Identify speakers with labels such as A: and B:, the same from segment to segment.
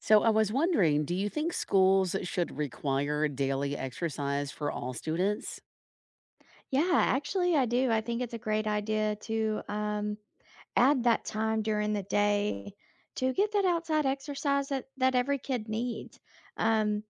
A: So I was wondering, do you think schools should require daily exercise for all students?
B: Yeah, actually, I do. I think it's a great idea to add that time during the day to get that outside exercise that every kid needs. Um,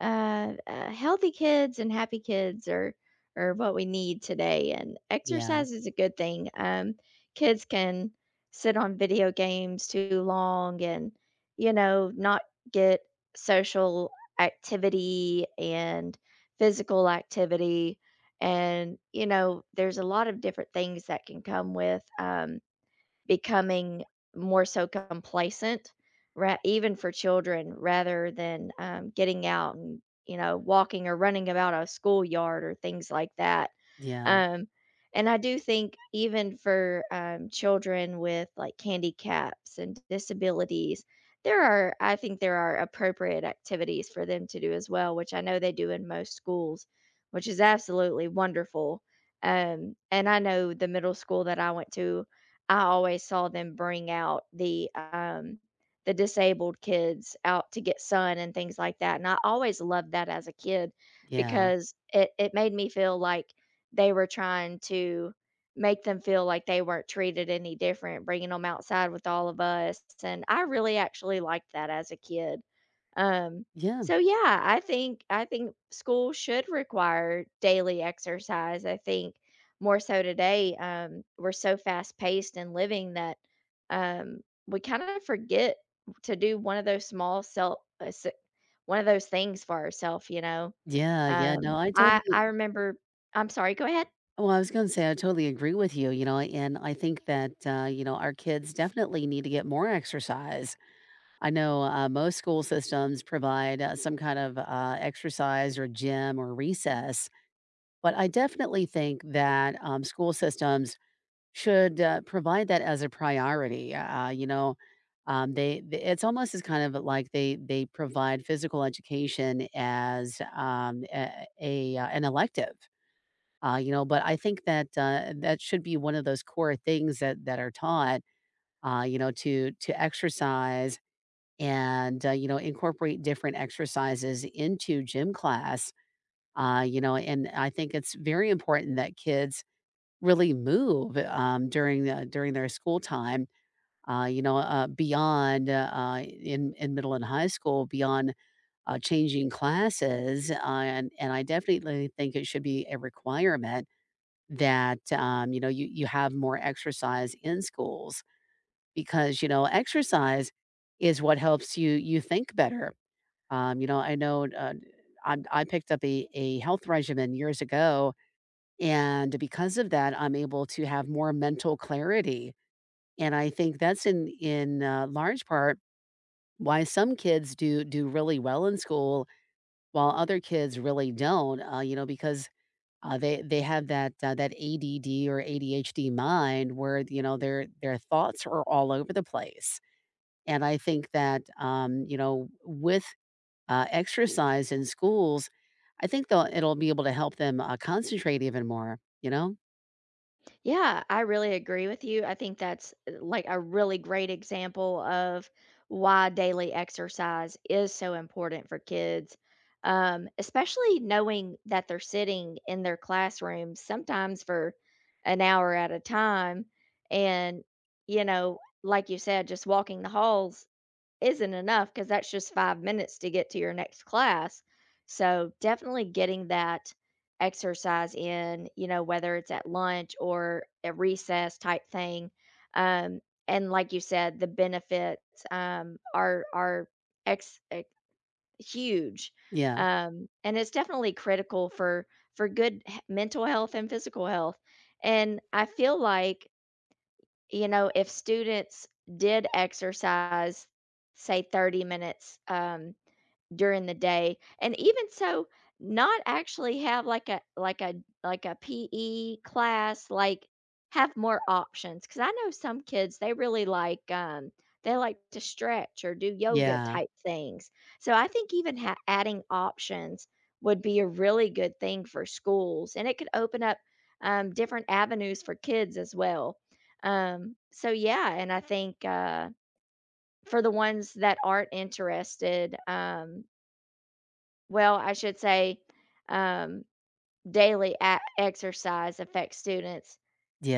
B: Healthy kids and happy kids are what we need today, and
A: Yeah,
B: exercise is a good thing. Kids can sit on video games too long and, you know, not get social activity and physical activity and, you know, there's a lot of different things that can come with becoming more so complacent, ra even for children, rather than, getting out and, you know, walking or running about a schoolyard or things like that.
A: yeah,
B: Um, and I do think even for, children with, like, handicaps and disabilities, there are I think there are appropriate activities for them to do as well, which I know they do in most schools, which is absolutely wonderful. And I know the middle school that I went to, I always saw them bring out the disabled kids out to get sun and things like that, and I always loved that as a kid
A: yeah,
B: because it made me feel like they were trying to make them feel like they weren't treated any different, bringing them outside with all of us, and I really actually liked that as a kid. Um,
A: yeah,
B: so yeah, I think school should require daily exercise. I think more so today, we're so fast paced and living that, um, we kinda forget to do one of those small self s one of those things for ourselves. You know?
A: yeah, yeah. No,
B: Um,
A: I
B: I
A: totally.
B: I remember I'm sorry, go ahead.
A: Well, I was going to say I totally agree with you. And I think that our kids definitely need to get more exercise. I know most school systems provide some kind of exercise or gym or recess, but I definitely think that school systems should, provide that as a priority, they the it's almost as kind of like they provide physical education as, an elective, but I think that, that should be one of those core things that are taught, to exercise and, incorporate different exercises into gym class, and I think it's very important that kids really move, during their school time, beyond, in middle and high school, beyond, changing classes, and I definitely think it should be a requirement that, you have more exercise in schools because, exercise is what helps you think better. I know, I picked up a health regimen years ago and because of that, I'm able to have more mental clarity, and I think that's large part why some kids do really well in school while other kids really don't, because, they have that, that ADD or ADHD mind where, their thoughts are all over the place, and I think that, with, exercise in schools, I think they'll it'll be able to help them, concentrate even more, you know?
B: Yeah, I really agree with you. I think that's like a really great example of why daily exercise is so important for kids, especially knowing that they're sitting in their classrooms sometimes for an hour at a time. And, you know, like you said, just walking the halls isn't enough because that's just 5 minutes to get to your next class. So, definitely getting that exercise in, you know, whether it's at lunch or a recess type thing. Um, and like you said, the benefits, are ex ex huge.
A: Yeah.
B: And it's definitely critical for good h mental health and physical health. And I feel like you know, if students did exercise, say 30 minutes, during the day and even so not actually have like a PE class like have more options because I know some kids they really like they like to stretch or do yoga
A: Yeah.
B: type things. So I think even adding options would be a really good thing for schools and it could open up different avenues for kids as well. So yeah, and I think for the ones that aren't interested, well, I should say, um, daily a exercise affects students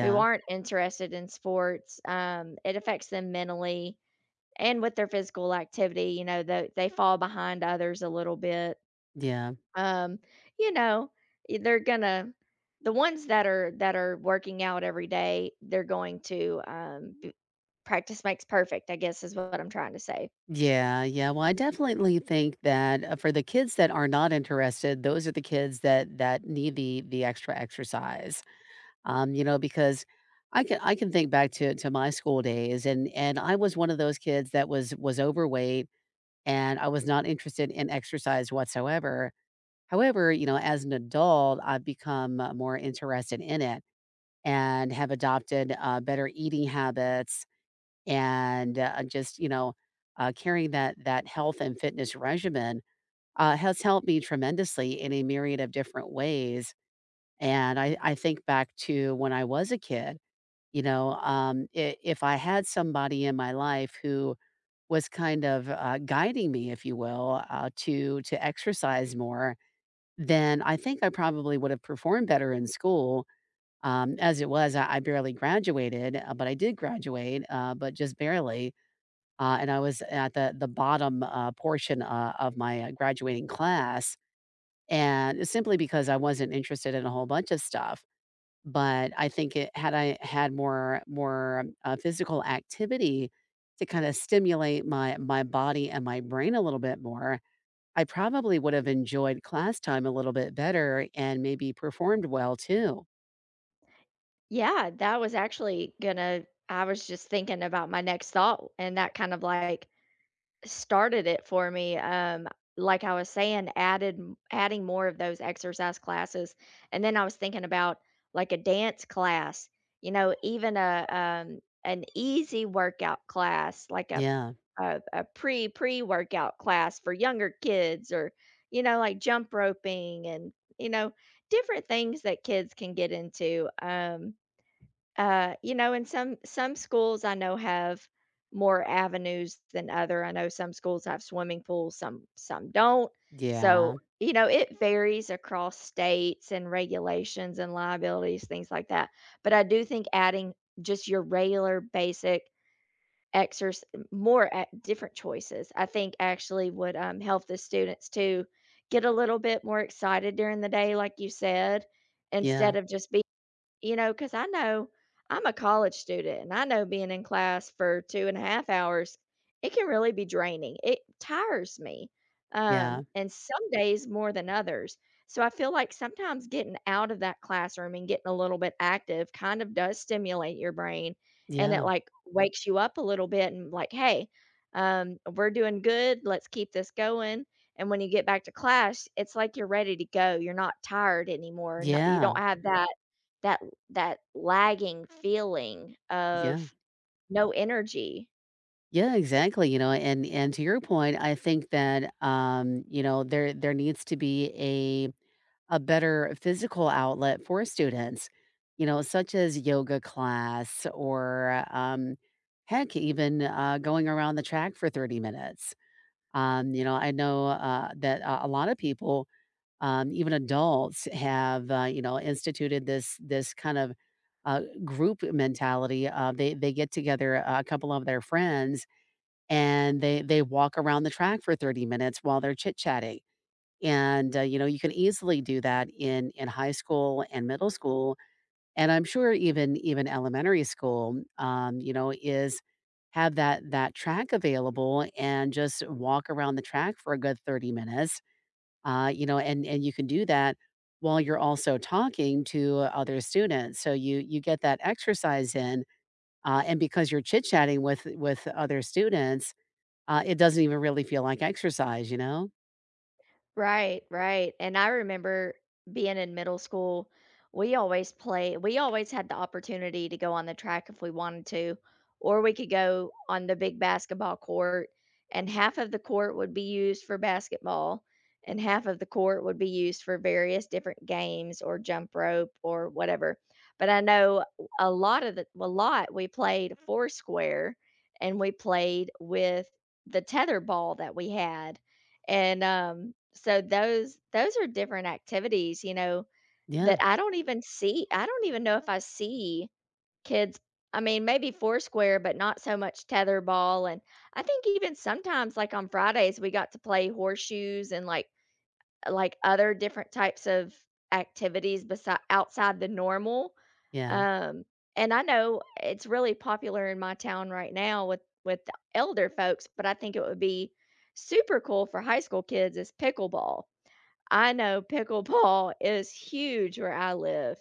B: who aren't interested in sports. It affects them mentally and with their physical activity, you know, they fall behind others a little bit.
A: yeah,
B: Um, you know, y they're gonna the ones that are working out every day, they're going to, b practice makes perfect, I guess is what I'm trying to say.
A: yeah, yeah. Well, I definitely think that for the kids that are not interested, those are the kids that need the extra exercise. Because I can think back to my school days, and I was one of those kids that was overweight, and I was not interested in exercise whatsoever. However, as an adult, I've become more interested in it and have adopted better eating habits and, just, carrying that health and fitness regimen, has helped me tremendously in a myriad of different ways, and I think back to when I was a kid, I if I had somebody in my life who was kind of, guiding me, if you will, to exercise more, then I think I probably would have performed better in school. As it was, I barely graduated, but I did graduate, but just barely. And I was at the bottom, portion, of my, graduating class, and simply because I wasn't interested in a whole bunch of stuff. But I think it had I had physical activity to kinda stimulate my body and my brain a little bit more, I probably would have enjoyed class time a little bit better and maybe performed well too.
B: Yeah, that was actually gonna I was just thinking about my next thought, and that kind of, like, started it for me, like I was saying, added m adding more of those exercise classes, and then I was thinking about, like, a dance class, you know, even an easy workout class, like a
A: Yeah.
B: a a pre pre-workout class for younger kids or, you know, like jump roping and, you know, different things that kids can get into, you know, and some schools I know have more avenues than other. I know some schools have swimming pools, some don't. So,
A: Yeah.
B: you know, it varies across states and regulations and liabilities, things like that. But I do think adding just your regular basic exercise, more at different choices, I think actually would help the students to get a little bit more excited during the day, like you said,
A: Yeah.
B: instead of just you know, cause I know I'm a college student, and I know being in class for 2.5 hours, it can really be draining. It tires me,
A: Yeah.
B: and some days more than others. So I feel like sometimes getting out of that classroom and getting a little bit active kind of does stimulate your brain, and
A: Yeah.
B: it,
A: Yeah.
B: like, wakes you up a little bit and, like, "Hey, we're doing good. Let's keep this going." And when you get back to class, it's like you're ready to go. You're not tired anymore. No you
A: Yeah.
B: don't have that that lagging feeling of
A: Yeah.
B: no energy.
A: Yeah, exactly, and to your point, I think that, there needs to be a better physical outlet for students, such as yoga class or, heck, even, going around the track for 30 minutes. I know, that a lot of people, even adults have, instituted this kind of, group mentality. They get together, a couple of their friends and they walk around the track for 30 minutes while they're chit-chatting. And, you can easily do that in high school and middle school, and I'm sure even elementary school, is have that track available and just walk around the track for a good 30 minutes, and you can do that while you're also talking to other students. So you get that exercise in, and because you're chit-chatting with other students, it doesn't even really feel like exercise, you know?
B: Right, right, and I remember being in middle school, we always had the opportunity to go on the track if we wanted to, or we could go on the big basketball court, and half of the court would be used for basketball, and half of the court would be used for various different games or jump rope or whatever, but I know a lot we played four square, and we played with the tether ball that we had, and, so those are different activities, you know,
A: Yeah,
B: that I don't even know if I see kids I mean, maybe Foursquare, but not so much tetherball, and I think even sometimes, like, on Fridays, we got to play horseshoes and, like, other different types of activities beside outside the normal,
A: yeah,
B: um, and I know it's really popular in my town right now with the elder folks, but I think it would be super cool for high school kids is pickleball. I know pickleball is huge where I live,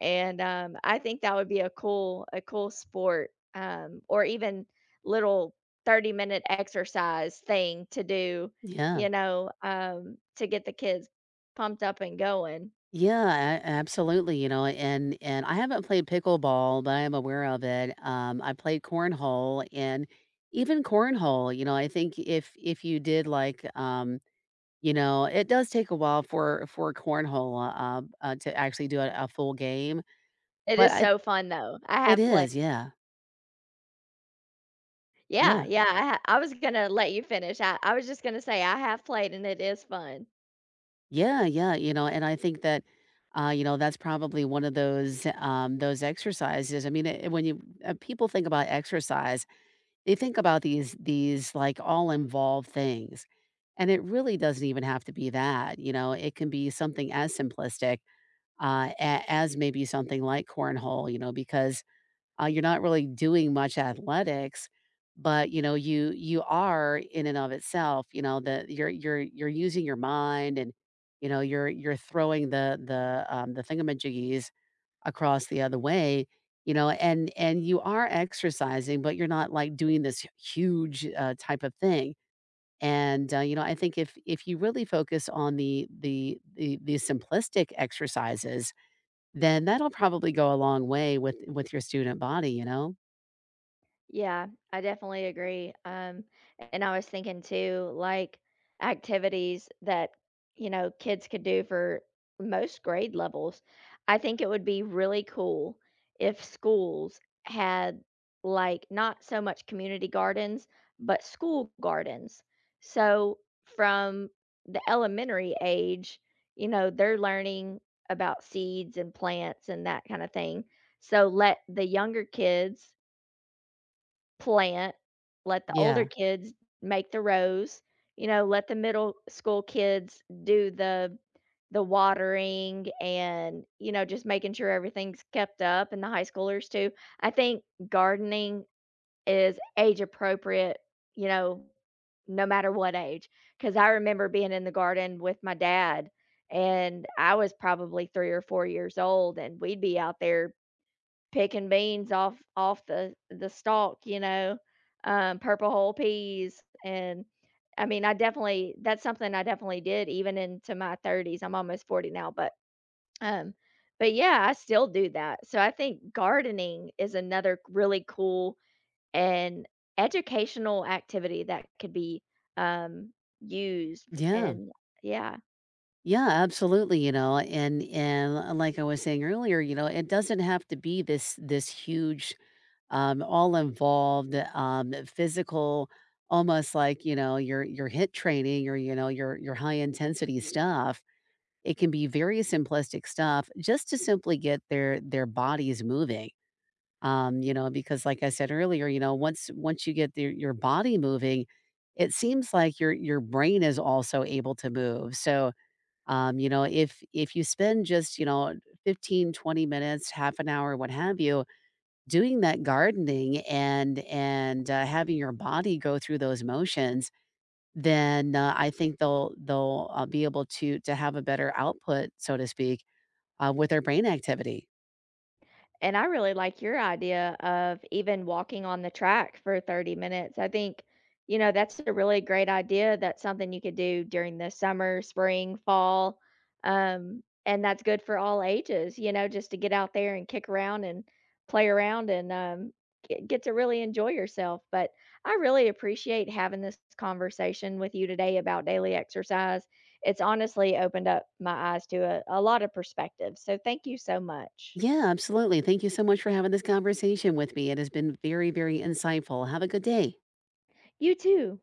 B: and I think that would be a cool sport, or even little 30-minute exercise thing to do,
A: yeah.
B: you know, to get the kids pumped up and going.
A: Yeah, a absolutely, and I haven't played pickleball, but I am aware of it. I played cornhole and even cornhole, I think if you did like, it does take a while for cornhole, to actually do a full game,
B: It
A: but
B: is
A: I
B: so fun though. I
A: it
B: have played
A: is, yeah,
B: Yeah,
A: yeah.
B: yeah, I was gonna let you finish. I was just gonna say I have played and it is fun.
A: Yeah, yeah, and I think that, that's probably one of those exercises. I mean, when you people think about exercise, they think about these like all involved things, and it really doesn't even have to be that. It can be something as simplistic as maybe something like cornhole. Because you're not really doing much athletics, but you are in and of itself, the you're using your mind and you're throwing the thingamajiggies across the other way, and you are exercising, but you're not like doing this huge type of thing. And I think if you really focus on the simplistic exercises, then that'll probably go a long way with your student body.
B: Yeah, I definitely agree. And I was thinking too, like activities that, you know, kids could do for most grade levels. I think it would be really cool if schools had like not so much community gardens, but school gardens. So from the elementary age, you know, they're learning about seeds and plants and that kind of thing. So let the younger kids plant, let the older
A: Yeah.
B: kids make the rows, you know, let the middle school kids do the watering and, you know, just making sure everything's kept up and the high schoolers too. I think gardening is age appropriate, you know, no matter what age, because I remember being in the garden with my dad and I was probably 3 or 4 years old and we'd be out there picking beans off the stalk, you know, purple whole peas, and I mean, I definitely that's something I definitely did even into my 30s. I'm almost 40 now, um, but yeah, I still do that. So I think gardening is another really cool and educational activity that could be um used
A: Yeah.
B: and yeah.
A: Yeah, absolutely, and like I was saying earlier, it doesn't have to be this huge all involved physical almost like, your hit training or your high intensity stuff. It can be very simplistic stuff just to simply get their bodies moving. Because like I said earlier, once you get your body moving, it seems like your brain is also able to move. So if you spend just, 15-20 minutes, half an hour, what have you, doing that gardening and having your body go through those motions, then I think they'll be able to have a better output, so to speak, with their brain activity.
B: And I really like your idea of even walking on the track for 30 minutes. I think, you know, that's a really great idea. That's something you could do during the summer, spring, fall. And that's good for all ages, you know, just to get out there and kick around and play around and get to really enjoy yourself. But I really appreciate having this conversation with you today about daily exercise. It's honestly opened up my eyes to a lot of perspectives. So thank you so much.
A: Yeah, absolutely. Thank you so much for having this conversation with me. It has been very, very insightful. Have a good day.
B: You too.